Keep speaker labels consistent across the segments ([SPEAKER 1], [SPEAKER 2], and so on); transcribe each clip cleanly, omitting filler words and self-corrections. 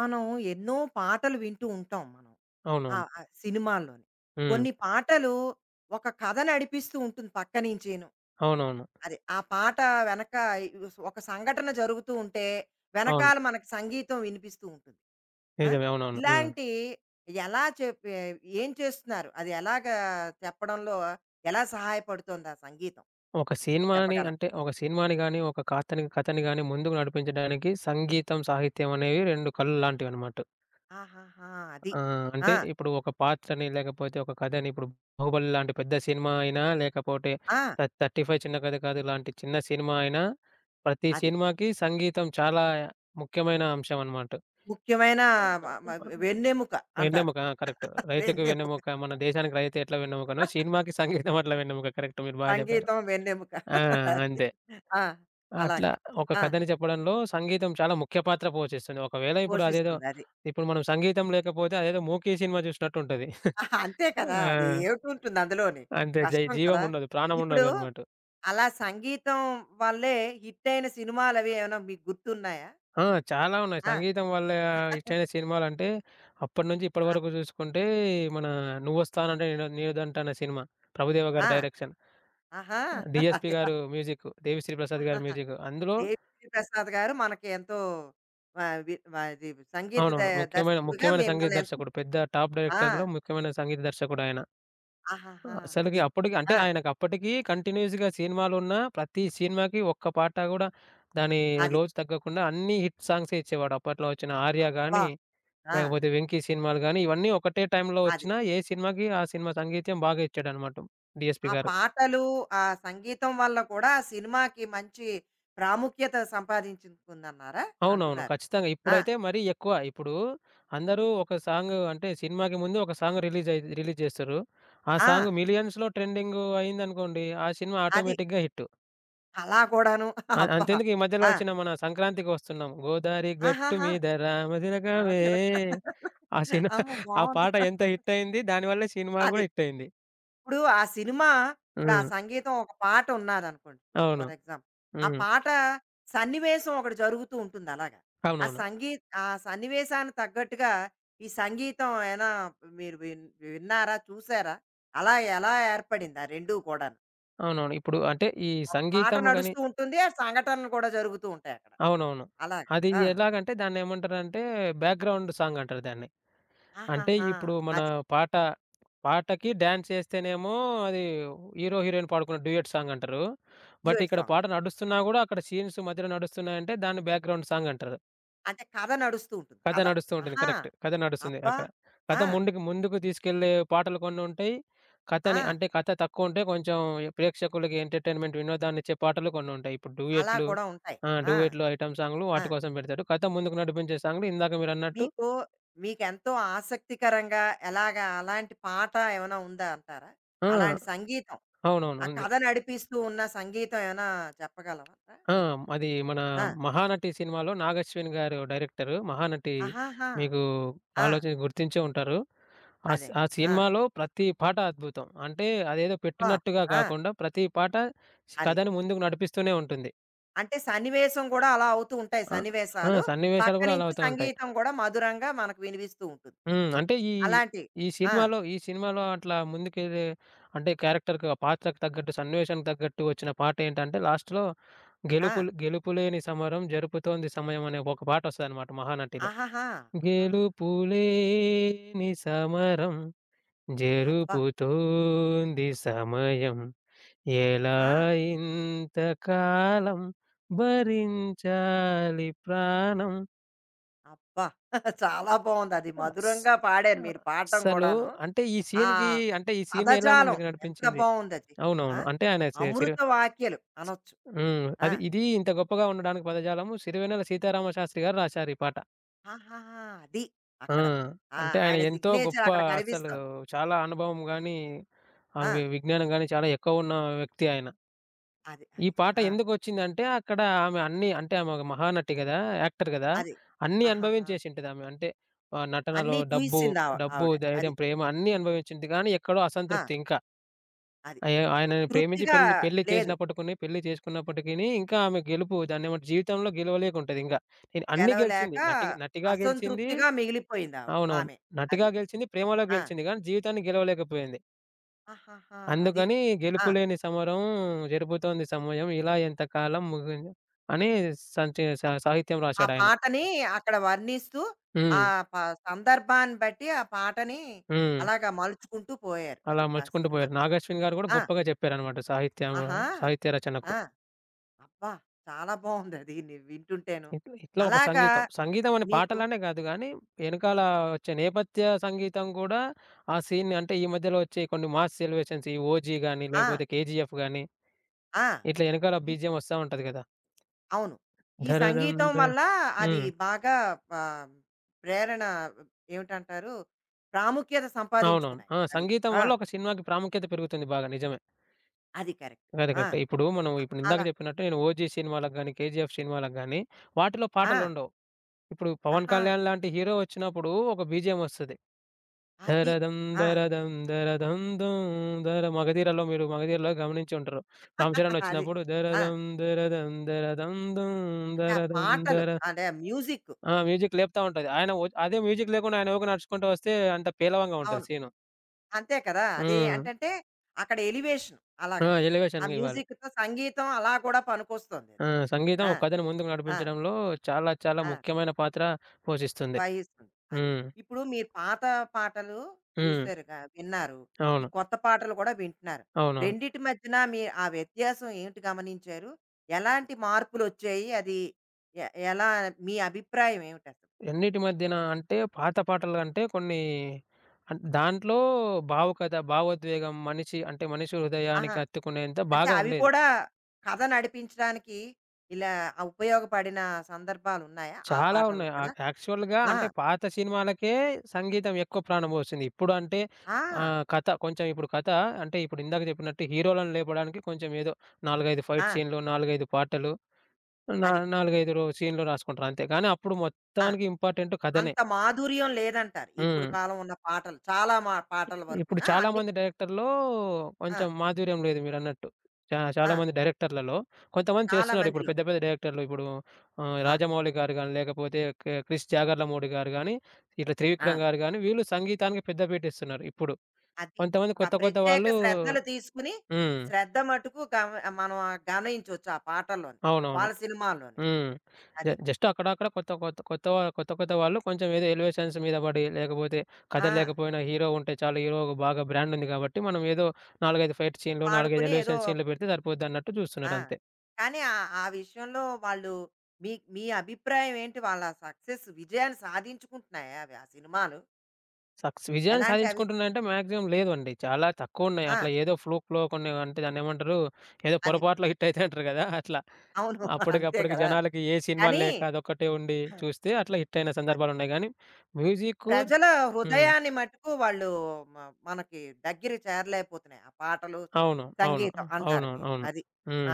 [SPEAKER 1] మనం ఎన్నో పాటలు వింటూ ఉంటాం మనం. ఆ!
[SPEAKER 2] అవునవును.
[SPEAKER 1] ఆ సినిమాల్లోని
[SPEAKER 2] హ్మ్. హ్మ్.
[SPEAKER 1] కొన్ని పాటలు ఒక కథ నడిపిస్తూ ఉంటుంది పక్క నించీను.
[SPEAKER 2] అవునవును.
[SPEAKER 1] అది, ఆ పాట వెనక ఒక సంఘటన జరుగుతూ ఉంటే,
[SPEAKER 2] అవును.
[SPEAKER 1] వెనకాల మనకు సంగీతం వినిపిస్తూ ఉంటుంది. ఆ!
[SPEAKER 2] నిజమే. అవునవును.
[SPEAKER 1] ఇలాంటి ఎలా చెప్ ఏం చేస్తున్నారు? అది ఎలాగా చెప్పడంలో ఎలా సహాయపడుతోంది ఆ సంగీతం?
[SPEAKER 2] ఒక సినిమాని
[SPEAKER 1] చెప్పగలరా?
[SPEAKER 2] అంటే ఒక సినిమాని గాని, ఒక కథని కథని గాని ముందుకు నడిపించడానికి సంగీతం, సాహిత్యం అనేవి 2 కళ్ళు లాంటివన్నమాట.
[SPEAKER 1] ఆహాహా! అది.
[SPEAKER 2] ఆ! అంటే
[SPEAKER 1] ఆ!
[SPEAKER 2] ఇప్పుడు ఒక పాత్రని లేకపోతే ఒక కథని ఇప్పుడు 'బాహుబలి' లాంటి పెద్ద సినిమా అయినా లేకపోతే
[SPEAKER 1] ఆ!
[SPEAKER 2] 35 చిన్న కథ కాదు లాంటి చిన్న సినిమా అయినా ప్రతి
[SPEAKER 1] అది.
[SPEAKER 2] సినిమాకి సంగీతం చాలా ముఖ్యమైన అంశం అన్నమాట.
[SPEAKER 1] ముఖ్యమైన మ మ వెన్నెముక అంటారు.
[SPEAKER 2] వెన్నెముక. కరెక్ట్. రైతుకు
[SPEAKER 1] వెన్నెముక.
[SPEAKER 2] వెన్నెముక, మన దేశానికి రైతే ఎట్లా వెన్నెముకనో, సినిమాకి సంగీతం అట్లా వెన్నెముక. కరెక్ట్, మీరు బాగా చెప్పారు.
[SPEAKER 1] సంగీతం వెన్నెముక.
[SPEAKER 2] ఆ!
[SPEAKER 1] అది.
[SPEAKER 2] అంతే.
[SPEAKER 1] ఆ!
[SPEAKER 2] అట్లా
[SPEAKER 1] అలాగా.
[SPEAKER 2] ఒక
[SPEAKER 1] ఆ!
[SPEAKER 2] కథని చెప్పడంలో సంగీతం చాలా ముఖ్య పాత్ర పోషిస్తుంది. ఒకవేళ ఇప్పుడు అదేదో
[SPEAKER 1] పోషిస్తుందది.
[SPEAKER 2] ఇప్పుడు మనం సంగీతం లేకపోతే అదేదో 'మూకీ' సినిమా చూసినట్టుంటది.
[SPEAKER 1] అంతే కదా! అది
[SPEAKER 2] ఆ!
[SPEAKER 1] ఏమిటుంటుంది అందులోని.
[SPEAKER 2] అంతే,
[SPEAKER 1] కష్టం
[SPEAKER 2] జీవం
[SPEAKER 1] కదా!
[SPEAKER 2] ఉండదు. ప్రాణం
[SPEAKER 1] ఇప్పుడు
[SPEAKER 2] ఉండదన్నమాట.
[SPEAKER 1] అలా సంగీతం వల్లే హిట్టయిన సినిమాలవి ఏమైనా మీకు గుర్తున్నాయా?
[SPEAKER 2] ఆ! చాలా ఉన్నాయి.
[SPEAKER 1] ఆ!
[SPEAKER 2] సంగీతం వల్ల హిట్టయిన సినిమాలంటే అప్పటినుంచి ఇప్పటి
[SPEAKER 1] ఆ!
[SPEAKER 2] వరకు చూసుకుంటే, మన 'నువ్వొస్తానంటే నేను నీవొద్దంట' అనే సినిమా, ప్రభుదేవ గారి
[SPEAKER 1] ఆ!
[SPEAKER 2] డైరెక్షన్.
[SPEAKER 1] ఆహా!
[SPEAKER 2] 'డీఎస్‌పీ'
[SPEAKER 1] అదే.
[SPEAKER 2] గారు మ్యూజిక్, 'దేవిశ్రీ ప్రసాద్' గారి
[SPEAKER 1] ఆహాహా!
[SPEAKER 2] మ్యూజిక్. అందులో
[SPEAKER 1] 'దేవిశ్రీ ప్రసాద్' గారు మనకి ఎంతో ఆహ్, వి అది సంగీత ద
[SPEAKER 2] అవునవును.
[SPEAKER 1] దర్శకుడిగా
[SPEAKER 2] ముఖ్యమైన సంగీత
[SPEAKER 1] మిమ్మల్ని ఎంతో
[SPEAKER 2] దర్శకుడు.
[SPEAKER 1] ప్రి-
[SPEAKER 2] పెద్ద టాప్
[SPEAKER 1] ఆ!
[SPEAKER 2] డైరెక్టర్‌లో ముఖ్యమైన సంగీత దర్శకుడు ఆయన.
[SPEAKER 1] ఆహాహా!
[SPEAKER 2] అసలకి
[SPEAKER 1] అది.
[SPEAKER 2] అప్పటికి అంటే
[SPEAKER 1] ఆ!
[SPEAKER 2] ఆయనకు అప్పటికి కంటిన్యూయస్‌గా సినిమాలున్న ప్రతి సినిమాకి ఒక్క పాట గూడా దాని
[SPEAKER 1] అది.
[SPEAKER 2] లోజు తగ్గకుండా అన్ని హిట్ సాంగ్సే ఇచ్చేవాడు. అప్పట్లో వచ్చిన 'ఆర్య'
[SPEAKER 1] అబ్బా!
[SPEAKER 2] గాని,
[SPEAKER 1] ఆ!
[SPEAKER 2] లేకపోతే 'వెంకి' సినిమాలు గాని ఇవన్నీ ఒకటే టైంలో
[SPEAKER 1] అది.
[SPEAKER 2] వచ్చిన, ఏ సినిమాకి ఆ సినిమా సంగీతం బాగా ఇచ్చాడన్నమాట
[SPEAKER 1] ఆ
[SPEAKER 2] 'డీఎస్‌పీ' గారు.
[SPEAKER 1] పాటలు, ఆ సంగీతం వల్ల కూడా ఆ సినిమాకి మంచి ప్రాముఖ్యత సంపాదించుకుందన్నారా?
[SPEAKER 2] అవునవును.
[SPEAKER 1] అంటున్నారు.
[SPEAKER 2] ఖచ్చితంగా.
[SPEAKER 1] ఆ!
[SPEAKER 2] ఇప్పుడైతే మరీ ఎక్కువ. ఇప్పుడు అందరూ ఒక సాంగ్ అంటే సినిమాకి ముందు ఒక సాంగ్ రిలీజ్ అయి రిలీజ్ జేస్తారు. ఆ
[SPEAKER 1] ఆ!
[SPEAKER 2] సాంగ్ మిలియన్స్‌లో ట్రెండింగ్ అయిందనుకోండి, ఆ సినిమా
[SPEAKER 1] అది.
[SPEAKER 2] ఆటోమేటిక్‌గా హిట్.
[SPEAKER 1] అలా కూడాను. అబ్బా!
[SPEAKER 2] అంతెందుకు, ఈ మధ్యలో
[SPEAKER 1] ఆ!
[SPEAKER 2] వచ్చిన మన సంక్రాంతికి వస్తున్నాం, గోదారి గట్టు
[SPEAKER 1] ఆహాహా!
[SPEAKER 2] మీద రామచిలకవే,
[SPEAKER 1] రామచిలక
[SPEAKER 2] ఆ సినిమా,
[SPEAKER 1] అమ్మో!
[SPEAKER 2] ఆ
[SPEAKER 1] బావుంది.
[SPEAKER 2] పాట ఎంత హిట్ అయింది. దానివల్ల సినిమా
[SPEAKER 1] అదే.
[SPEAKER 2] గూడా హిట్ అయింది.
[SPEAKER 1] ఇప్పుడు ఆ సినిమా, ఇప్పుడు ఆ
[SPEAKER 2] హ్మ్.
[SPEAKER 1] సంగీతం, ఒక పాట ఉన్నాదనుకోండి.
[SPEAKER 2] అవును.
[SPEAKER 1] For example. ఆ
[SPEAKER 2] హ్మ్.
[SPEAKER 1] పాట, సన్నివేశం ఒకటి జరుగుతూ ఉంటుంది అలాగా. ఆ
[SPEAKER 2] అవునవును.
[SPEAKER 1] సంగీ ఆ సన్నివేశానికి తగ్గట్టుగా ఈ సంగీతం ఏనా మీరు విన్నారా? చూసారా? అలా ఎలా ఏర్పడింది ఆ 2 కూడాను?
[SPEAKER 2] అవునవును. ఇప్పుడు అంటే ఈ
[SPEAKER 1] ఒక పాట
[SPEAKER 2] సంగీతము గాని
[SPEAKER 1] నడుస్తూ ఉంటుంది. ఆ సంఘటనలు కూడా జరుగుతూ ఉంటాయి అక్కడ.
[SPEAKER 2] అవునవును.
[SPEAKER 1] అలాగా.
[SPEAKER 2] అది
[SPEAKER 1] ఆ!
[SPEAKER 2] ఎలాగంటే దాన్నేమంటారంటే, బ్యాక్‌గ్రౌండ్ సాంగ్ అంటారు దాన్ని. అంటే
[SPEAKER 1] ఆహాహా!
[SPEAKER 2] ఇప్పుడు మన
[SPEAKER 1] అది
[SPEAKER 2] పాట, పాటకి డాన్స్ చేస్తేనేమో అది హీరో, హీరోయిన్ పాడుకున్న డ్యూయెట్ సాంగ్ అంటారు. బట్
[SPEAKER 1] డ్యూయట్
[SPEAKER 2] ఇక్కడ
[SPEAKER 1] సాంగ్.
[SPEAKER 2] పాట నడుస్తున్నా గూడా అక్కడ సీన్స్ మధ్యలో నడుస్తున్నాయంటే దాన్ని బ్యాక్‌గ్రౌండ్ సాంగ్ అంటారు.
[SPEAKER 1] అంటే కథ నడుస్తూ ఉంటుంది.
[SPEAKER 2] కథ
[SPEAKER 1] కథ.
[SPEAKER 2] నడుస్తూ ఉంటుంది.
[SPEAKER 1] ఆహా!
[SPEAKER 2] కరెక్ట్. కథ నడుస్తుంది
[SPEAKER 1] అబ్బా!
[SPEAKER 2] అక్కడ. కథ
[SPEAKER 1] ఆ!
[SPEAKER 2] ముందుకు ముందుకు తీసుకెళ్ళే పాటలు కొన్నుంటాయి.
[SPEAKER 1] ఆ!
[SPEAKER 2] కథని అంటే కథ తక్కువుంటే కొంచెం ప్రేక్షకులకి ఎంటర్‌టైన్‌మెంట్, వినోదాన్నిచ్చే పాటలు కొన్నుంటాయి. ఇప్పుడు
[SPEAKER 1] అలా
[SPEAKER 2] డూయెట్లు,
[SPEAKER 1] కూడా ఉంటాయి. ఆ!
[SPEAKER 2] డూయెట్లు, ఐటెమ్ సాంగ్‌లు
[SPEAKER 1] ఆ!
[SPEAKER 2] వాటి కోసం పెడతాడు. కథ ముందుకు నడిపించే సాంగ్‌లు ఇందాక మీరన్నట్టు.
[SPEAKER 1] మీకు, మీకెంతో ఆసక్తికరంగా, ఎలాగా అలాంటి పాట ఏమైనా ఉందా అంటారా?
[SPEAKER 2] ఆ!
[SPEAKER 1] అలాంటి సంగీతం,
[SPEAKER 2] అవునవును.
[SPEAKER 1] ఆ
[SPEAKER 2] ఉంది.
[SPEAKER 1] కథ నడిపిస్తూ ఉన్న సంగీతం ఏమైనా చెప్పగలరా
[SPEAKER 2] ఆ!
[SPEAKER 1] మీరు?
[SPEAKER 2] అది మన
[SPEAKER 1] ఆ!
[SPEAKER 2] 'మహానటి' సినిమాలో, నాగశ్విన్ గారు డైరెక్టరు. 'మహానటి'
[SPEAKER 1] ఆహాహా!
[SPEAKER 2] మీకు
[SPEAKER 1] ఆ!
[SPEAKER 2] ఆలోచన గుర్తించే ఉంటారు.
[SPEAKER 1] అదే.
[SPEAKER 2] ఆ
[SPEAKER 1] ఆ!
[SPEAKER 2] సినిమాలో ప్రతి పాట అద్భుతం. అంటే అదేదో
[SPEAKER 1] అబ్బా!
[SPEAKER 2] పెట్టినట్టుగా
[SPEAKER 1] ఆ!
[SPEAKER 2] కాకుండా ప్రతి పాట
[SPEAKER 1] అది.
[SPEAKER 2] కథని ముందుకు నడిపిస్తూనే ఉంటుంది.
[SPEAKER 1] అంటే సన్నివేశం కూడా అలా అవుతూ ఉంటాయి
[SPEAKER 2] ఆ! ఆ!
[SPEAKER 1] సన్నివేశాలు. పక్క
[SPEAKER 2] సన్నివేశాలు కూడా అలా
[SPEAKER 1] నుంచి
[SPEAKER 2] అవుతా ఉంటాయి.
[SPEAKER 1] సంగీతం కూడా మధురంగా మనకు వినిపిస్తూ ఉంటుంది.
[SPEAKER 2] హ్మ్. అంటే ఈ
[SPEAKER 1] అలాంటివి.
[SPEAKER 2] ఈ
[SPEAKER 1] ఆ!
[SPEAKER 2] సినిమాలో అట్లా ముందుకెళ్ళే, అంటే క్యారెక్టర్‌కి ఆ పాత్రకు తగ్గట్టు, సన్నివేశానికి తగ్గట్టు వచ్చిన పాటేంటంటే లాస్ట్‌లో,
[SPEAKER 1] ఆ!
[SPEAKER 2] గెలుపులేని సమరం జరుపుతోంది సమయం అనే ఒక పాటొస్తదనమాట 'మహానటి'లో.
[SPEAKER 1] ఆహాహా! ఆహా!
[SPEAKER 2] గెలుపులేని సమరం
[SPEAKER 1] అబ్బా!
[SPEAKER 2] జరుపుతోంది సమయం, ఎలా
[SPEAKER 1] ఆహా!
[SPEAKER 2] ఇంతకాలం భరించాలి ప్రాణం.
[SPEAKER 1] అబ్బా! చాలా బావుంది. అది
[SPEAKER 2] అస్
[SPEAKER 1] మధురంగా పాడారు
[SPEAKER 2] ఆహ్,
[SPEAKER 1] మీరు, పాడటం
[SPEAKER 2] అస్సలు
[SPEAKER 1] గూడాను.
[SPEAKER 2] అంటే ఈ
[SPEAKER 1] ఆ
[SPEAKER 2] సీన్‌కి అంటే ఈ సీన్ ఎలా
[SPEAKER 1] పదజాలం
[SPEAKER 2] ముందుకు
[SPEAKER 1] ఎంత
[SPEAKER 2] నడిపించింది?
[SPEAKER 1] బావుందది. ఆ!
[SPEAKER 2] అవునవును. అంటే ఆయన సిరి
[SPEAKER 1] అమృత వాక్యలు అనొచ్చు. ఆ!
[SPEAKER 2] ఇది ఇంత గొప్పగా ఉండడానికి పదజాలము, సిరివెన్నెల సీతారామ శాస్త్రి గారు రాశారు ఈ పాట.
[SPEAKER 1] ఆహాహా! అది
[SPEAKER 2] ఆ!
[SPEAKER 1] అక్కడ. ఆ!
[SPEAKER 2] అంటే ఆయన
[SPEAKER 1] ఆయన
[SPEAKER 2] ఎంతో
[SPEAKER 1] సిగ్నేచర్
[SPEAKER 2] గొప్ప,
[SPEAKER 1] అక్కడ
[SPEAKER 2] అసలు
[SPEAKER 1] కనిపిస్తోంది.
[SPEAKER 2] చాలా అనుభవం గాని, ఆ
[SPEAKER 1] ఆ!
[SPEAKER 2] వి విజ్ఞానం గాని చాలా ఎక్కువ ఉన్న వ్యక్తి ఆయన.
[SPEAKER 1] అది.
[SPEAKER 2] ఈ
[SPEAKER 1] అది.
[SPEAKER 2] పాట
[SPEAKER 1] ఆ!
[SPEAKER 2] ఎందుకొచ్చిందంటే, అక్కడ ఆమె అన్నీ అంటే ఆమె ఒక మహానటి గదా! యాక్టర్ గదా!
[SPEAKER 1] అది.
[SPEAKER 2] అన్నీ
[SPEAKER 1] ఆహాహా!
[SPEAKER 2] అనుభవించేసింటదామె. అంటే నటనలో
[SPEAKER 1] అన్నీ చూయిసింది
[SPEAKER 2] డబ్బు,
[SPEAKER 1] ఆవిడ. అది.
[SPEAKER 2] ధైర్యం, ప్రేమ అన్నీ అనుభవించింది. కానీ ఎక్కడో
[SPEAKER 1] ఆ!
[SPEAKER 2] అసంతృప్తి ఇంకా.
[SPEAKER 1] అది.
[SPEAKER 2] ఆయనని ప్రేమించి
[SPEAKER 1] తృప్తిగా
[SPEAKER 2] పెళ్లి పెళ్లి
[SPEAKER 1] లేదు.
[SPEAKER 2] చేసినప్పటికిని పెళ్లి చేసుకున్నప్పటికిని ఇంకా ఆమె గెలుపు దాన్నేమంటారు, జీవితంలో గెలవలేకుంటదింకా. నేను అన్నీ
[SPEAKER 1] గెలవలేక
[SPEAKER 2] గెలిచింది. నటిగా నటిగా గెలిచింది.
[SPEAKER 1] అసంతృప్తిగా మిగిలిపోయిందావ
[SPEAKER 2] అవునవును.
[SPEAKER 1] ఆమె. అది.
[SPEAKER 2] నటిగా గెలిచింది, ప్రేమలో
[SPEAKER 1] ఆ!
[SPEAKER 2] గెలిచింది. కానీ జీవితాన్ని గెలవలేకపోయింది.
[SPEAKER 1] ఆహాహా! అది.
[SPEAKER 2] అందుకని
[SPEAKER 1] ఆ!
[SPEAKER 2] గెలుపులేని సమరం జరుపుతోంది సమయం ఇలా ఎంతకాలం అని సంచే సా సాహిత్యం
[SPEAKER 1] ఆ
[SPEAKER 2] రాశాడాయన.
[SPEAKER 1] పాటని అక్కడ వర్ణిస్తూ, ఆ
[SPEAKER 2] హ్మ్.
[SPEAKER 1] ప సందర్భాన్ని బట్టి ఆ పాటని
[SPEAKER 2] హ్మ్.
[SPEAKER 1] అలాగా మలుచుకుంటూ పోయారు.
[SPEAKER 2] అలా
[SPEAKER 1] అది ఆ
[SPEAKER 2] మలుచుకుంటూ
[SPEAKER 1] సినిమా.
[SPEAKER 2] పోయారు. నాగార్జున గారు గూడా
[SPEAKER 1] ఆ!
[SPEAKER 2] గొప్పగా చెప్పారనమాట
[SPEAKER 1] ఆహా!
[SPEAKER 2] సాహిత్య రచనకు.
[SPEAKER 1] ఆ! అబ్బా! చాలా బావుందది ని వింటుంటేను.
[SPEAKER 2] ఇట్లా ఇట్లా ఒక
[SPEAKER 1] అలాగా
[SPEAKER 2] సంగీతం. సంగీతం అనే
[SPEAKER 1] మీకు
[SPEAKER 2] పాటలనే గాదు గానీ, ఎనకాల వచ్చే నేపథ్య సంగీతం గూడా ఆ సీన్‌ని, అంటే ఈ మధ్యలో వచ్చే కొన్ని మాస్ ఎలివేషన్స్, ఈ 'ఓజీ' గాని,
[SPEAKER 1] ఆ!
[SPEAKER 2] లేకపోతే 'కేజీఎఫ్' గాని,
[SPEAKER 1] ఆ!
[SPEAKER 2] ఇట్లా ఎనకాల
[SPEAKER 1] ఈ
[SPEAKER 2] బీజీఎం వస్తా ఉంటది గదా!
[SPEAKER 1] అవును. ఈ
[SPEAKER 2] ధరధం
[SPEAKER 1] సంగీతం
[SPEAKER 2] ధర్
[SPEAKER 1] వల్ల అది
[SPEAKER 2] హ్మ్.
[SPEAKER 1] బాగా ఆహ్, ప్రేరణ ఏమిటంటారు? ప్రాముఖ్యత
[SPEAKER 2] అవునవును.
[SPEAKER 1] సంపాదించుకున్నాయి అవి.
[SPEAKER 2] సంగీతం
[SPEAKER 1] ఆ!
[SPEAKER 2] వల్ల ఒక సినిమాకి ప్రాముఖ్యత పెరుగుతుంది బాగా. నిజమే.
[SPEAKER 1] అది కరెక్ట్.
[SPEAKER 2] అది
[SPEAKER 1] ఆ!
[SPEAKER 2] కరెక్టే. ఇప్పుడు మనం
[SPEAKER 1] అ
[SPEAKER 2] ఇప్పుడు ఇందాక
[SPEAKER 1] అలా
[SPEAKER 2] చెప్పినట్టు, నేను 'ఓజీ' సినిమాలకు గాని, 'కేజీఎఫ్' సినిమాలకు గాని వాటిలో
[SPEAKER 1] ఆ!
[SPEAKER 2] పాటలుండవు. ఇప్పుడు 'పవన్
[SPEAKER 1] ఆహా!
[SPEAKER 2] కళ్యాణ్' లాంటి హీరో వచ్చినప్పుడు ఒక బీజీఎం వస్తది.
[SPEAKER 1] అది.
[SPEAKER 2] దరదం
[SPEAKER 1] ఆ!
[SPEAKER 2] దరదం దరదం దూం, 'మగధీర'లో మీరు 'మగధీర'లో గమనించి ఉంటారు. రామ్ చరణ్
[SPEAKER 1] అది.
[SPEAKER 2] వచ్చినప్పుడు
[SPEAKER 1] ఆ!
[SPEAKER 2] దరదం దరదం దరదం దూం,
[SPEAKER 1] అంటే ఆ
[SPEAKER 2] దరదం
[SPEAKER 1] పాటలు
[SPEAKER 2] దర
[SPEAKER 1] అదే మ్యూజిక్.
[SPEAKER 2] మ్యూజిక్ లేపుతా ఉంటది. ఆయన ఒ అదే మ్యూజిక్ లేకుండా ఆయన ఊకె నడుచుకుంటూ వస్తే అంత పేలవంగా ఉంటది
[SPEAKER 1] అవును.
[SPEAKER 2] సీను.
[SPEAKER 1] అంతే కదా! అది
[SPEAKER 2] హ్మ్.
[SPEAKER 1] ఏంటంటే అక్కడ ఎలివేషన్ అలాగా. ఆ
[SPEAKER 2] ఎలివేషన్ ఇవ్వాలి.
[SPEAKER 1] మ్యూజిక్‌తో సంగీతం అలా కూడా
[SPEAKER 2] ఆ!
[SPEAKER 1] పనికొస్తోందది.
[SPEAKER 2] సంగీతం
[SPEAKER 1] ఆ!
[SPEAKER 2] ఒక కథను ముందుకు
[SPEAKER 1] ఆ!
[SPEAKER 2] నడిపించడంలో చాలా చాలా
[SPEAKER 1] ఆ!
[SPEAKER 2] ముఖ్యమైన పాత్ర పోషిస్తుంది.
[SPEAKER 1] వహిస్తుంది. అది.
[SPEAKER 2] హ్మ్.
[SPEAKER 1] ఇప్పుడు మీరు పాత పాటలు
[SPEAKER 2] హ్మ్.
[SPEAKER 1] చూసారు గా, విన్నారు. ఈ
[SPEAKER 2] అవును.
[SPEAKER 1] కొత్త పాటలు కూడా వింటున్నారు.
[SPEAKER 2] అవునవును.
[SPEAKER 1] రెండిటి మధ్యన మీ ఆ వ్యత్యాసం ఏమిటి గమనించారు? ఎలాంటి మార్పులొచ్చాయి? అది ఎ ఎలా, మీ అభిప్రాయం ఏమిటసలు?
[SPEAKER 2] ఎన్నిటి మధ్యన అంటే పాత పాటలు అంటే కొన్ని దాంట్లో భావుకథ, భావోద్వేగం, మనిషి అంటే మనిషి
[SPEAKER 1] ఆహా!
[SPEAKER 2] హృదయానికి హత్తుకునేంత
[SPEAKER 1] అంటే
[SPEAKER 2] బాగా
[SPEAKER 1] అవి
[SPEAKER 2] ఉండేది.
[SPEAKER 1] కూడా కథ నడిపించడానికి ఇలా ఉపయోగపడిన సందర్భాలున్నాయా? ఆ
[SPEAKER 2] చాలా
[SPEAKER 1] పాటల్లో
[SPEAKER 2] ఉన్నాయి.
[SPEAKER 1] కూడా?
[SPEAKER 2] యాక్చువల్‌గా
[SPEAKER 1] ఆ!
[SPEAKER 2] అంటే పాత సినిమాలకే సంగీతం ఎక్కువ ప్రాణం పోసింది. ఇప్పుడు అంటే
[SPEAKER 1] ఆ!
[SPEAKER 2] ఆహ్, కథ కొంచెం ఇప్పుడు కథ అంటే ఇప్పుడు ఇందాక చెప్పినట్టు హీరోలను లేపడానికి కొంచెం ఏదో 4, 5
[SPEAKER 1] ఆ!
[SPEAKER 2] ఫైట్ సీన్‌లు, 4, 5 పాటలు
[SPEAKER 1] అది.
[SPEAKER 2] 4, 5 రో సీన్‌లు రాసుకుంటారు అంతే. కానీ అప్పుడు
[SPEAKER 1] ఆ!
[SPEAKER 2] మొత్తానికి ఇంపార్టెంట్ కథనే.
[SPEAKER 1] అంత మాధుర్యం లేదంటారు ఇప్పుడు
[SPEAKER 2] హ్మ్.
[SPEAKER 1] కాలం ఉన్న పాటలు. చాలా మా పాటల
[SPEAKER 2] ఇప్పుడు
[SPEAKER 1] వరకునా?
[SPEAKER 2] చాలా
[SPEAKER 1] అన్ని
[SPEAKER 2] మంది డైరెక్టర్‌లో
[SPEAKER 1] ఆ!
[SPEAKER 2] కొంచెం మాధుర్యం లేదు మీరన్నట్టు.
[SPEAKER 1] ఆ!
[SPEAKER 2] చాలా మంది డైరెక్టర్‌లలో కొంతమంది
[SPEAKER 1] చాలా
[SPEAKER 2] చేస్తున్నారు. ఇప్పుడు
[SPEAKER 1] మందిలో.
[SPEAKER 2] పెద్ద పెద్ద డైరెక్టర్‌లు ఇప్పుడు
[SPEAKER 1] ఆ!
[SPEAKER 2] రాజమౌళి గారు గాని, లేకపోతే క్రిష్ జాగర్లమూడి గారు గాని, ఇట్లా
[SPEAKER 1] ఆ!
[SPEAKER 2] త్రివిక్రమ్ గారు గాని, వీళ్ళు సంగీతానికి పెద్ద పీట ఇస్తున్నారు ఇప్పుడు.
[SPEAKER 1] అది.
[SPEAKER 2] కొంతమంది
[SPEAKER 1] క
[SPEAKER 2] కొత్త కొత్త
[SPEAKER 1] ప్రత్యేక
[SPEAKER 2] వాళ్ళు నిజంగా.
[SPEAKER 1] శ్రద్ధలు తీసుకుని,
[SPEAKER 2] హ్మ్.
[SPEAKER 1] శ్రద్ధ మటుకు గమ మనం గమనించొచ్చు ఆ పాటల్లోని,
[SPEAKER 2] అవునవును.
[SPEAKER 1] వాళ్ళ సినిమాల్లోని.
[SPEAKER 2] హ్మ్. జ
[SPEAKER 1] అది.
[SPEAKER 2] జస్ట్ అక్కడక్కడ కొత్త కొత్త కొత్త వా కొత్త కొత్త వాళ్ళు కొంచెం ఏదో ఎలివేషన్స్ మీద పడి, లేకపోతే కథ
[SPEAKER 1] ఆ!
[SPEAKER 2] లేకపోయినా హీరో ఉంటే చాలు, హీరో బాగా బ్రాండ్ ఉంది కాబట్టి, మనం ఏదో 4, 5 ఫైట్ సీన్‌లు, 4, 5
[SPEAKER 1] పాడుకుని ఏదో
[SPEAKER 2] ఎలివేషన్ సీన్‌లు పెడితే సరిపోద్దన్నట్టు
[SPEAKER 1] ఆ!
[SPEAKER 2] చూస్తున్నారు అంతే.
[SPEAKER 1] కానీ ఆహ్, ఆ విషయంలో వాళ్ళు మీ మీ అభిప్రాయం ఏంటి? వాళ్ళ సక్సెస్, విజయాన్ని సాధించుకుంటున్నాయా అవి, ఆ సినిమాలు?
[SPEAKER 2] విజయాన్ని
[SPEAKER 1] ఎలాంటి అవి
[SPEAKER 2] సాధించుకుంటున్నాయంటే మాక్సిమం లేవండి. చాలా తక్కువున్నాయి.
[SPEAKER 1] ఆ!
[SPEAKER 2] అట్లా ఏదో ఫ్లూక్‌లో కొన్ని అంటే దాన్నేమంటారు, ఏదో
[SPEAKER 1] అది.
[SPEAKER 2] పొరపాటులో హిట్ అయితాయి అంటారు కదా! అట్లా.
[SPEAKER 1] అవును. అంతే
[SPEAKER 2] అప్పటికప్పటికి
[SPEAKER 1] కదా!
[SPEAKER 2] జనాలకి ఏ సినిమాలు
[SPEAKER 1] కానీ
[SPEAKER 2] లేక అదొక్కటే ఉండి చూస్తే అట్లా హిట్ అయిన
[SPEAKER 1] అదే.
[SPEAKER 2] సందర్భాలున్నాయి గానీ,
[SPEAKER 1] అదే.
[SPEAKER 2] మ్యూజిక్కు.
[SPEAKER 1] ప్రజల
[SPEAKER 2] హ్మ్.
[SPEAKER 1] హృదయాన్ని మట్టుకు వాళ్ళు మ మనకి దగ్గర చేరలేకపోతున్నాయి ఆ పాటలు,
[SPEAKER 2] అవును. అవును.
[SPEAKER 1] సంగీతం అంటారు
[SPEAKER 2] అవునవును.
[SPEAKER 1] మీరు.
[SPEAKER 2] అవును.
[SPEAKER 1] అది.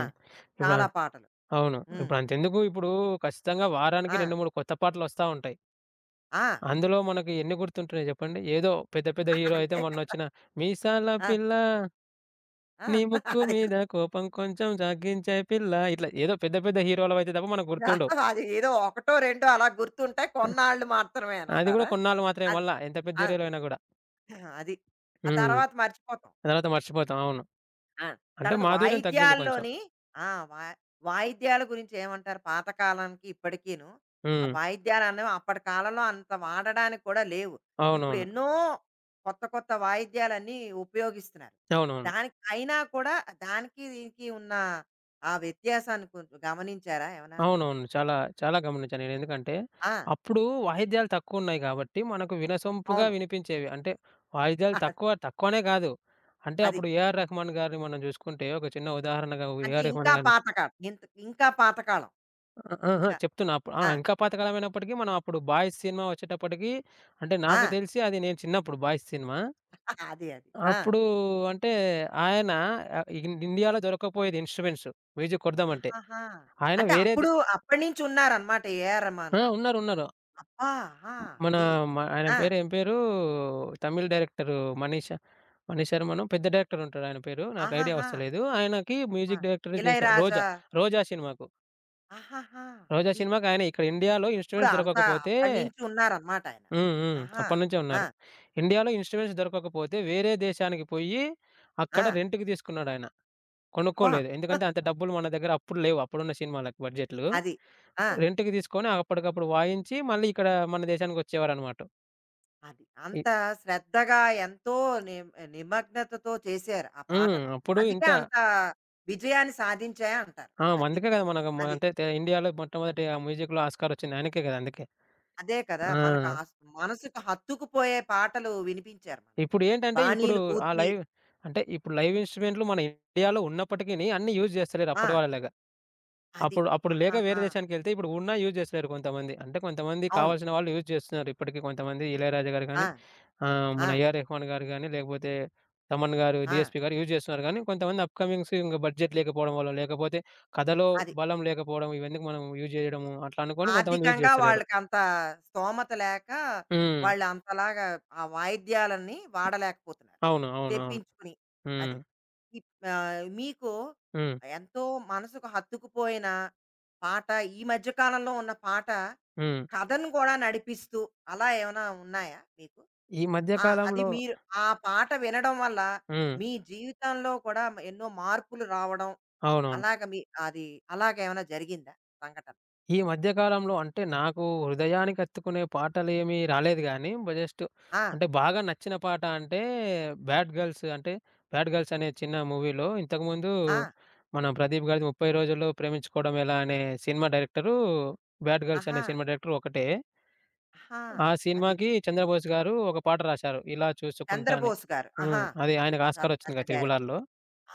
[SPEAKER 1] ఆ!
[SPEAKER 2] ఇప్పుడు ఆ
[SPEAKER 1] చాలా పాటలు.
[SPEAKER 2] అవును.
[SPEAKER 1] హ్మ్.
[SPEAKER 2] ఇప్పుడంతెందుకు, ఇప్పుడు ఖచ్చితంగా వారానికి
[SPEAKER 1] ఆ!
[SPEAKER 2] 2, 3 కొత్త పాటలొస్తా ఉంటాయి.
[SPEAKER 1] ఆ!
[SPEAKER 2] అందులో మనకి ఎన్ని గుర్తుంటున్నాయి జెప్పండి? ఏదో పెద్ద పెద్ద హీరో అయితే
[SPEAKER 1] అంతే కదా!
[SPEAKER 2] మొన్నొచ్చిన మీసాల
[SPEAKER 1] ఆ!
[SPEAKER 2] పిల్ల,
[SPEAKER 1] ఆ!
[SPEAKER 2] నీ ముక్కు
[SPEAKER 1] అదే.
[SPEAKER 2] మీద కోపం కొంచెం జాగించే పిల్ల, ఇట్లా ఏదో పెద్ద పెద్ద హీరోలవయితే తప్ప మనకు గుర్తుండవు.
[SPEAKER 1] అది ఏదో ఒకటో రెండో అలా గుర్తుంటాయి,
[SPEAKER 2] ఆ!
[SPEAKER 1] కొన్నాళ్ళు మాత్రమే
[SPEAKER 2] అది గూడా
[SPEAKER 1] అనంటారా?
[SPEAKER 2] కొన్నాళ్ళు మాత్రమే,
[SPEAKER 1] అది.
[SPEAKER 2] మళ్ళా ఎంత పెద్ద
[SPEAKER 1] ఆ!
[SPEAKER 2] హీరోలు అయినా గూడా.
[SPEAKER 1] అది. ఆ
[SPEAKER 2] హ్మ్.
[SPEAKER 1] తర్వాత మర్చిపోతాం.
[SPEAKER 2] తర్వాత మర్చిపోతాం. అవును.
[SPEAKER 1] ఆ!
[SPEAKER 2] అంటే
[SPEAKER 1] తర్వాత
[SPEAKER 2] మాధుర్యం తగ్గింది కొంచెం.
[SPEAKER 1] వాయిద్యాల్లోని, ఆ! వా వాయిద్యాల గురించి ఏమంటారు? పాతకాలానికి ఇప్పటికీను. ఆ
[SPEAKER 2] హ్మ్.
[SPEAKER 1] వాయిద్యాలనేవి అప్పటి కాలంలో అంత వాడడానికి కూడా లేవు. ఇప్పుడు
[SPEAKER 2] అవునవును.
[SPEAKER 1] ఎన్నో కొత్త కొత్త వాయిద్యాలన్నీ ఉపయోగిస్తున్నారు.
[SPEAKER 2] అవునవును.
[SPEAKER 1] దానికి అయినా కూడా దానికి దీనికి ఉన్న ఆ వ్యత్యాసాన్ని కొంచెం గమనించారా ఏమన్నాను?
[SPEAKER 2] అవునవును. చాలా గమనించాను నేను. ఎందుకంటే,
[SPEAKER 1] ఆ!
[SPEAKER 2] అప్పుడు వాయిద్యాలు తక్కువున్నాయి గాబట్టి, మనకు వినసొంపుగా
[SPEAKER 1] అవును.
[SPEAKER 2] వినిపించేవి. అంటే, వాయిద్యాలు
[SPEAKER 1] అది.
[SPEAKER 2] తక్కువ, తక్కువనే గాదు. అంటే,
[SPEAKER 1] అది.
[SPEAKER 2] అప్పుడు 'ఏఆర్ రెహమాన్' గారిని మనం జూసుకుంటే, ఒక చిన్న ఉదాహరణగా
[SPEAKER 1] అంటే
[SPEAKER 2] 'ఏఆర్
[SPEAKER 1] ఇంకా
[SPEAKER 2] రెహమాన్' గారిని
[SPEAKER 1] పాతకాలం. ఇంత ఇంకా పాతకాలం.
[SPEAKER 2] అ అహా!
[SPEAKER 1] ఇంకా.
[SPEAKER 2] చెప్తున్నా అప్పుడు
[SPEAKER 1] ఆ!
[SPEAKER 2] ఇంకా పాతకాలమైనప్పటికీ, మనం అప్పుడు 'బాయ్స్' సినిమా వచ్చేటప్పటికి, అంటే,
[SPEAKER 1] ఆ!
[SPEAKER 2] నాకు తెలిసి అది నేను చిన్నప్పుడు 'బాయ్స్' సినిమా.
[SPEAKER 1] అది. అది. ఆ!
[SPEAKER 2] అప్పుడు అంటే, ఆయన ఆహ్, ఇన్ ఇండియాలో దొరకకపోయేది ఇన్‌స్ట్రుమెంట్స్ మ్యూజిక్ కొడదామంటే.
[SPEAKER 1] ఆహాహా!
[SPEAKER 2] ఆయన
[SPEAKER 1] అంటే
[SPEAKER 2] వేరేది
[SPEAKER 1] అప్పుడు అప్పటినుంచి ఉన్నారనమాట ఏఆర్ రెహమాన్ గారు.
[SPEAKER 2] ఉన్నారు. ఉన్నారు.
[SPEAKER 1] అబ్బా! ఆహా!
[SPEAKER 2] మన
[SPEAKER 1] అది.
[SPEAKER 2] మ ఆయన
[SPEAKER 1] ఆ!
[SPEAKER 2] పేరు ఏం పేరు? తమిళ్ డైరెక్టరు 'మనీష' 'మనీష్ శర్మనో' పెద్ద డైరెక్టర్ ఉంటాడు ఆయన పేరు. నాకు ఐడియా
[SPEAKER 1] ఆహాహా!
[SPEAKER 2] వస్తలేదు. ఆయనకి
[SPEAKER 1] ఆ!
[SPEAKER 2] మ్యూజిక్ డైరెక్టర్ చేశారు.
[SPEAKER 1] ఇళయరాజా.
[SPEAKER 2] 'రోజా' సినిమాకు.
[SPEAKER 1] ఆహాహా!
[SPEAKER 2] 'రోజా'
[SPEAKER 1] అది.
[SPEAKER 2] సినిమాకి ఆయన ఇక్కడ ఇండియాలో
[SPEAKER 1] అప్పుడు
[SPEAKER 2] ఇన్స్ట్రుమెంట్స్
[SPEAKER 1] అంతా
[SPEAKER 2] దొరకకపోతే
[SPEAKER 1] అప్పటినుంచి ఉన్నారనమాట ఆయన.
[SPEAKER 2] హ్మ్. హ్మ్.
[SPEAKER 1] ఆహా!
[SPEAKER 2] అప్పటినుంచే
[SPEAKER 1] ఆ!
[SPEAKER 2] ఉన్నారు. ఇండియాలో ఇన్స్ట్రుమెంట్స్ దొరకకపోతే వేరే దేశానికి పోయి
[SPEAKER 1] ఆ!
[SPEAKER 2] అక్కడ రెంట్‌కి తీసుకున్నాడాయన.
[SPEAKER 1] అబ్బా!
[SPEAKER 2] కొనుక్కోలేదు. ఎందుకంటే అంత డబ్బులు మన దగ్గర అప్పుడు లేవు, అప్పుడున్న సినిమాలకి బడ్జెట్‌లు.
[SPEAKER 1] అది. ఆ!
[SPEAKER 2] రెంట్‌కి తీసుకొని అప్పటికప్పుడు వాయించి మళ్ళీ ఇక్కడ మన దేశానికొచ్చేవారనమాట.
[SPEAKER 1] అది.
[SPEAKER 2] ఇ
[SPEAKER 1] అంత శ్రద్ధగా ఎంతో నిమ్ నిమగ్నతతో చేశారు ఆ
[SPEAKER 2] హ్మ్.
[SPEAKER 1] పాటలు.
[SPEAKER 2] అప్పుడు
[SPEAKER 1] అందుకే
[SPEAKER 2] ఇంత
[SPEAKER 1] అంత విజయాన్ని సాధించాయంటారు. అది.
[SPEAKER 2] అందుకే గదా! మనకు మ
[SPEAKER 1] అది.
[SPEAKER 2] అంటే తె ఇండియాలో మొట్టమొదటి ఆ మ్యూజిక్‌లో ఆస్కార్ వచ్చింది ఆయనకే గదా! అందుకే.
[SPEAKER 1] అదే కదా! మనకు
[SPEAKER 2] ఆ!
[SPEAKER 1] ఆస్ మనసుకు హత్తుకుపోయే పాటలు వినిపించారు మనకి.
[SPEAKER 2] ఇప్పుడేంటంటే ఇప్పుడు
[SPEAKER 1] బాణీలు
[SPEAKER 2] ఆ
[SPEAKER 1] కూర్చి
[SPEAKER 2] లైవ్ అంటే ఇప్పుడు లైవ్ ఇన్‌స్ట్రుమెంట్లు మన ఇండియాలో ఉన్నప్పటికిని అన్నీ యూజ్ చేస్తలేరు
[SPEAKER 1] ఆ!
[SPEAKER 2] అప్పటి వాళ్ళలాగా.
[SPEAKER 1] అది.
[SPEAKER 2] అప్పుడు అప్పుడు లేక వేరే
[SPEAKER 1] ఆహాహా!
[SPEAKER 2] దేశానికెళ్తే, ఇప్పుడు ఉన్నా యూజ్ చేస్తలేరు కొంతమంది. అంటే కొంతమంది
[SPEAKER 1] అవును.
[SPEAKER 2] కావాల్సిన వాళ్ళు యూజ్ చేస్తున్నారు. ఇప్పటికి కొంతమంది 'ఇళయరాజా' గారు గానీ,
[SPEAKER 1] ఆ!
[SPEAKER 2] మన
[SPEAKER 1] ఆ!
[SPEAKER 2] 'ఏఆర్ రెహమాన్' గారు గానీ, లేకపోతే తమన్ గారు,
[SPEAKER 1] ఆ!
[SPEAKER 2] డీఎస్‌పీ గారు యూజ్ చేస్తున్నారు గానీ, కొంతమంది అప్‌కమింగ్స్ ఇంక బడ్జెట్ లేకపోవడం వల్లో, లేకపోతే కథలో
[SPEAKER 1] అది.
[SPEAKER 2] బలం లేకపోవడం, ఇవన్నీ మనం యూజ్ చేయడము అట్లా అనుకోని కొంతమంది యూజ్
[SPEAKER 1] ఆర్థికంగా
[SPEAKER 2] చేస్తలేరు.
[SPEAKER 1] వాళ్ళకంత స్తోమత లేక
[SPEAKER 2] హ్మ్.
[SPEAKER 1] వాళ్ళు అంతలాగా ఆ వాయిద్యాలన్నీ వాడలేకపోతున్నారు,
[SPEAKER 2] అవును. అవును. అవును.
[SPEAKER 1] తెప్పించుకుని.
[SPEAKER 2] హ్మ్.
[SPEAKER 1] అది. ఇప్ ఆహ్, మీకు
[SPEAKER 2] హ్మ్.
[SPEAKER 1] ఎంతో మనసుకు హత్తుకుపోయిన పాట, ఈ మధ్య కాలంలో ఉన్న పాట,
[SPEAKER 2] హ్మ్.
[SPEAKER 1] కథను గూడా నడిపిస్తూ అలా ఏమైనా ఉన్నాయా మీకు?
[SPEAKER 2] ఈ మధ్య
[SPEAKER 1] ఆ! అది
[SPEAKER 2] కాలంలో
[SPEAKER 1] మీరు, ఆ పాట వినడం వల్ల
[SPEAKER 2] హ్మ్.
[SPEAKER 1] మీ జీవితంలో కూడా ఎన్నో మార్పులు రావడం,
[SPEAKER 2] అవునవును.
[SPEAKER 1] అలాగ మీ, అది, అలాగేమైనా జరిగిందా సంఘటన?
[SPEAKER 2] ఈ మధ్య కాలంలో అంటే నాకు హృదయానికి హత్తుకునే పాటలేమి రాలేదు గానీ, జస్ట్
[SPEAKER 1] ఆ!
[SPEAKER 2] అంటే బాగా నచ్చిన పాట అంటే 'బ్యాడ్ గర్ల్స్' అంటే 'బ్యాడ్ గర్ల్స్' అనే చిన్న మూవీలో. ఇంతకుముందు
[SPEAKER 1] ఆ!
[SPEAKER 2] మన ప్రదీప్ గారిది 30 రోజుల్లో ప్రేమించుకోవడం ఎలా అనే సినిమా డైరెక్టరు, 'బ్యాడ్ గర్ల్స్'
[SPEAKER 1] ఆహా!
[SPEAKER 2] అనే సినిమా డైరెక్టర్ ఒకటే.
[SPEAKER 1] ఆహా!
[SPEAKER 2] ఆ
[SPEAKER 1] అది
[SPEAKER 2] సినిమాకి చంద్రబోస్ గారు ఒక పాట రాశారు. 'ఇలా చూసుకుంటా' అని.
[SPEAKER 1] 'చంద్రబోస్' గారు. ఆహా!
[SPEAKER 2] అది ఆయనకు
[SPEAKER 1] చాలా
[SPEAKER 2] ఆస్కార్ వచ్చింది
[SPEAKER 1] పెద్ద
[SPEAKER 2] కదా! 'Triple
[SPEAKER 1] director.
[SPEAKER 2] ఆర్'లో.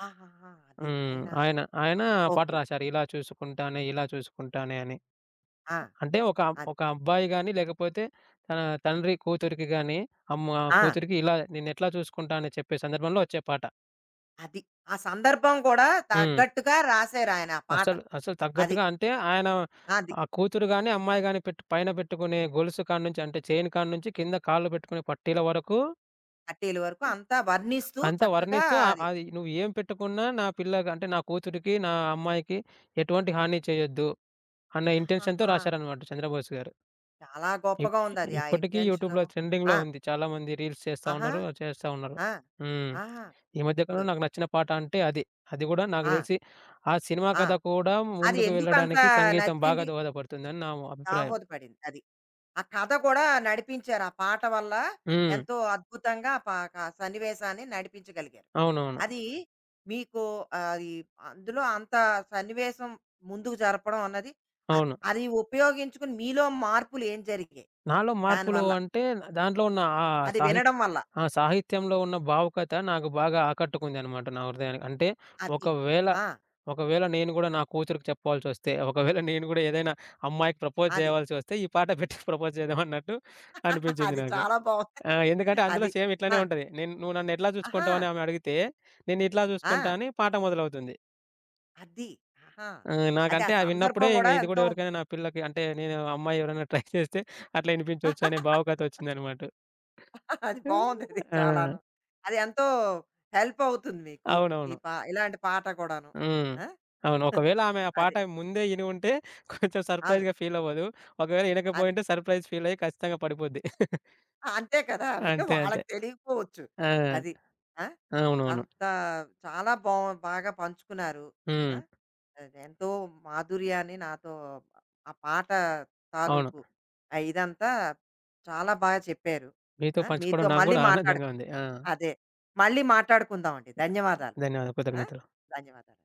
[SPEAKER 1] ఆహాహా! అది ఆయన.
[SPEAKER 2] ఆయన ఆ పాట
[SPEAKER 1] ఓకే.
[SPEAKER 2] రాశారు. ఇలా చూసుకుంటానే అని.
[SPEAKER 1] ఆ!
[SPEAKER 2] అంటే
[SPEAKER 1] అది.
[SPEAKER 2] ఒక అబ్బాయి గాని, లేకపోతే తన తండ్రి కూతురికి గాని, అమ్మ
[SPEAKER 1] ఆ!
[SPEAKER 2] కూతురికి, ఇలా నిన్నెట్లా చూసుకుంటా అని చెప్పే సందర్భంలో వచ్చే పాట.
[SPEAKER 1] అది. ఆ సందర్భం కూడా
[SPEAKER 2] హ్మ్.
[SPEAKER 1] తగ్గట్టుగా రాసారాయన ఆ పాట.
[SPEAKER 2] అసలు
[SPEAKER 1] అది.
[SPEAKER 2] తగ్గట్టుగా అంటే ఆయన
[SPEAKER 1] అది.
[SPEAKER 2] ఆ కూతురు గాని, అమ్మాయి గాని, పెట్టు పైన పెట్టుకునే గొలుసు కాడ్నుంచి అంటే చైన్ కాడ్నుంచి కింద కాళ్ళు పెట్టుకునే పట్టీల వరకు
[SPEAKER 1] 'కట్టేలు' వరకు అంతా వర్ణిస్తూ
[SPEAKER 2] అంతా
[SPEAKER 1] చక్కగా
[SPEAKER 2] వర్ణిస్తూ
[SPEAKER 1] అది.
[SPEAKER 2] అది నువ్వు ఏం పెట్టుకున్నా నా పిల్లకి అంటే నా కూతురికి, నా అమ్మాయికి ఎటువంటి హాని చేయొద్దు అన్న ఇంటెన్షన్‌తో
[SPEAKER 1] ఆహాహా!
[SPEAKER 2] రాశారనమాట 'చంద్రబోస్' గారు.
[SPEAKER 1] చాలా
[SPEAKER 2] ఇప్
[SPEAKER 1] గొప్పగా ఉందది, ఆ
[SPEAKER 2] ఇప్పటికీ
[SPEAKER 1] ఇంటెన్షను.
[SPEAKER 2] యూట్యూబ్‌లో ట్రెండింగ్‌లో
[SPEAKER 1] ఆ!
[SPEAKER 2] ఉంది. చాలామంది రీల్స్ చేస్తా
[SPEAKER 1] ఆహా!
[SPEAKER 2] ఉన్నారు.
[SPEAKER 1] ఆ!
[SPEAKER 2] హ్మ్.
[SPEAKER 1] ఆహా!
[SPEAKER 2] ఈ మధ్య
[SPEAKER 1] ఇప్పుడు
[SPEAKER 2] కాలంలో నాకు నచ్చిన పాట అంటే అది. అది గూడా నాకు
[SPEAKER 1] ఆ!
[SPEAKER 2] తెలిసి ఆ సినిమా
[SPEAKER 1] ఆ!
[SPEAKER 2] కథ కూడా
[SPEAKER 1] అది
[SPEAKER 2] ముందుకు
[SPEAKER 1] ఎందుకంత
[SPEAKER 2] వెళ్ళడానికి సంగీతం బాగా
[SPEAKER 1] నచ్చింది?
[SPEAKER 2] దోహదపడుతుందని నా అభిప్రాయం.
[SPEAKER 1] దాహోదపడింది. అది. ఆ కథ కూడా నడిపించారు ఆ పాట వల్ల.
[SPEAKER 2] హ్మ్.
[SPEAKER 1] ఎంతో అద్భుతంగా ఆ పా ఆ సన్నివేశాన్ని నడిపించగలిగారు.
[SPEAKER 2] అవునవును.
[SPEAKER 1] అది. మీకు ఆహ్, ఈ, అందులో అంత సన్నివేశం ముందుకు జరపడం అన్నది, అద్
[SPEAKER 2] అవును.
[SPEAKER 1] అది ఉపయోగించుకుని మీలో మార్పులు ఏం జరిగాయి
[SPEAKER 2] నాలో మార్పులు
[SPEAKER 1] దానివల్ల,
[SPEAKER 2] అంటే దాంట్లో ఉన్న
[SPEAKER 1] అది
[SPEAKER 2] సాహిత్
[SPEAKER 1] వినడం వల్ల?
[SPEAKER 2] ఆ సాహిత్యంలో ఉన్న భావుకత నాకు బాగా ఆకట్టుకుందనమాట నా హృదయానికి. అంటే
[SPEAKER 1] అది.
[SPEAKER 2] ఒకవేళ,
[SPEAKER 1] ఆ!
[SPEAKER 2] ఒకవేళ నేను గూడా నా కూతురికి చెప్పాల్సొస్తే, ఒకవేళ నేను గూడా ఏదైనా అమ్మాయికి ప్రపోజ్
[SPEAKER 1] అది.
[SPEAKER 2] జేయాల్సొస్తే ఈ పాట పెట్టి ప్రపోజ్ చేద్దాం అన్నట్టు అనిపించింది
[SPEAKER 1] అది
[SPEAKER 2] నాకు.
[SPEAKER 1] చాలా బావుంది.
[SPEAKER 2] ఎందుకంటే అందులో
[SPEAKER 1] అది.
[SPEAKER 2] సేమ్ ఇట్లనే
[SPEAKER 1] ఆ!
[SPEAKER 2] ఉంటది. నేను "నువ్వు నన్నెట్లా
[SPEAKER 1] ఆహా!
[SPEAKER 2] చూసుకుంటావు" అని ఆమె అడిగితే, "నిన్నిట్లా చూసుకుంటా"
[SPEAKER 1] ఆ!
[SPEAKER 2] అని పాట మొదలవుతుంది.
[SPEAKER 1] అది. ఆహా!
[SPEAKER 2] ఆ!
[SPEAKER 1] అది ఆ
[SPEAKER 2] నాకంటే అది
[SPEAKER 1] సందర్భం
[SPEAKER 2] విన్నప్పుడే
[SPEAKER 1] గూడా
[SPEAKER 2] ఇది గూడా
[SPEAKER 1] ఎంతో,
[SPEAKER 2] ఎవరికైనా నా పిల్లకి అంటే నేను అమ్మాయి ఎవరైనా ట్రై చేస్తే అట్లా ఇనిపించొచ్చు అనే భావుకత వచ్చిందనమాట.
[SPEAKER 1] అది బావుందది
[SPEAKER 2] ఆ!
[SPEAKER 1] చాలాను. అది ఎంతో హెల్ప్ అవుతుంది మీకు. ఈ
[SPEAKER 2] అవునవును.
[SPEAKER 1] పా ఇలాంటి పాట కూడాను.
[SPEAKER 2] హ్మ్.
[SPEAKER 1] ఆ!
[SPEAKER 2] అవును. ఒకవేళ ఆమె ఆ పాట
[SPEAKER 1] అది.
[SPEAKER 2] ముందే ఇని ఉంటే కొంచెం
[SPEAKER 1] అవును.
[SPEAKER 2] సర్‌ప్రైజ్‌గా ఫీల్ అవ్వదు. ఒకవేళ
[SPEAKER 1] అది.
[SPEAKER 2] ఇనకపోయుంటే సర్‌ప్రైజ్ ఫీల్ అయ్యి ఖచ్చితంగా పడిపోద్ది.
[SPEAKER 1] ఆ, అంతే కదా! మరి
[SPEAKER 2] అంతే.
[SPEAKER 1] వాళ్ళకి తెలియకపోవచ్చు.
[SPEAKER 2] ఆ!
[SPEAKER 1] అది. ఆ!
[SPEAKER 2] అవునవును.
[SPEAKER 1] అంత, చాలా బా బాగా పంచుకున్నారు. ఆ!
[SPEAKER 2] హ్మ్.
[SPEAKER 1] అది ఎంతో మాధుర్యాన్ని నాతో, ఆ పాట
[SPEAKER 2] అవును.
[SPEAKER 1] తాలూకు ఆహ్, ఇదంతా చాలా బాగా చెప్పారు.
[SPEAKER 2] మీతో
[SPEAKER 1] ఆ! మీతో
[SPEAKER 2] పంచుకోవడం నాకు
[SPEAKER 1] మళ్ళీ
[SPEAKER 2] గూడా
[SPEAKER 1] మాట్లాడు
[SPEAKER 2] ఆనందంగా ఉంది.
[SPEAKER 1] అదే, మళ్ళీ మాట్లాడుకుందామండి. ధన్యవాదాలు.
[SPEAKER 2] ధన్యవాదాలు.
[SPEAKER 1] ఆ!
[SPEAKER 2] కృతజ్ఞతలు.
[SPEAKER 1] ధన్యవాదాలు.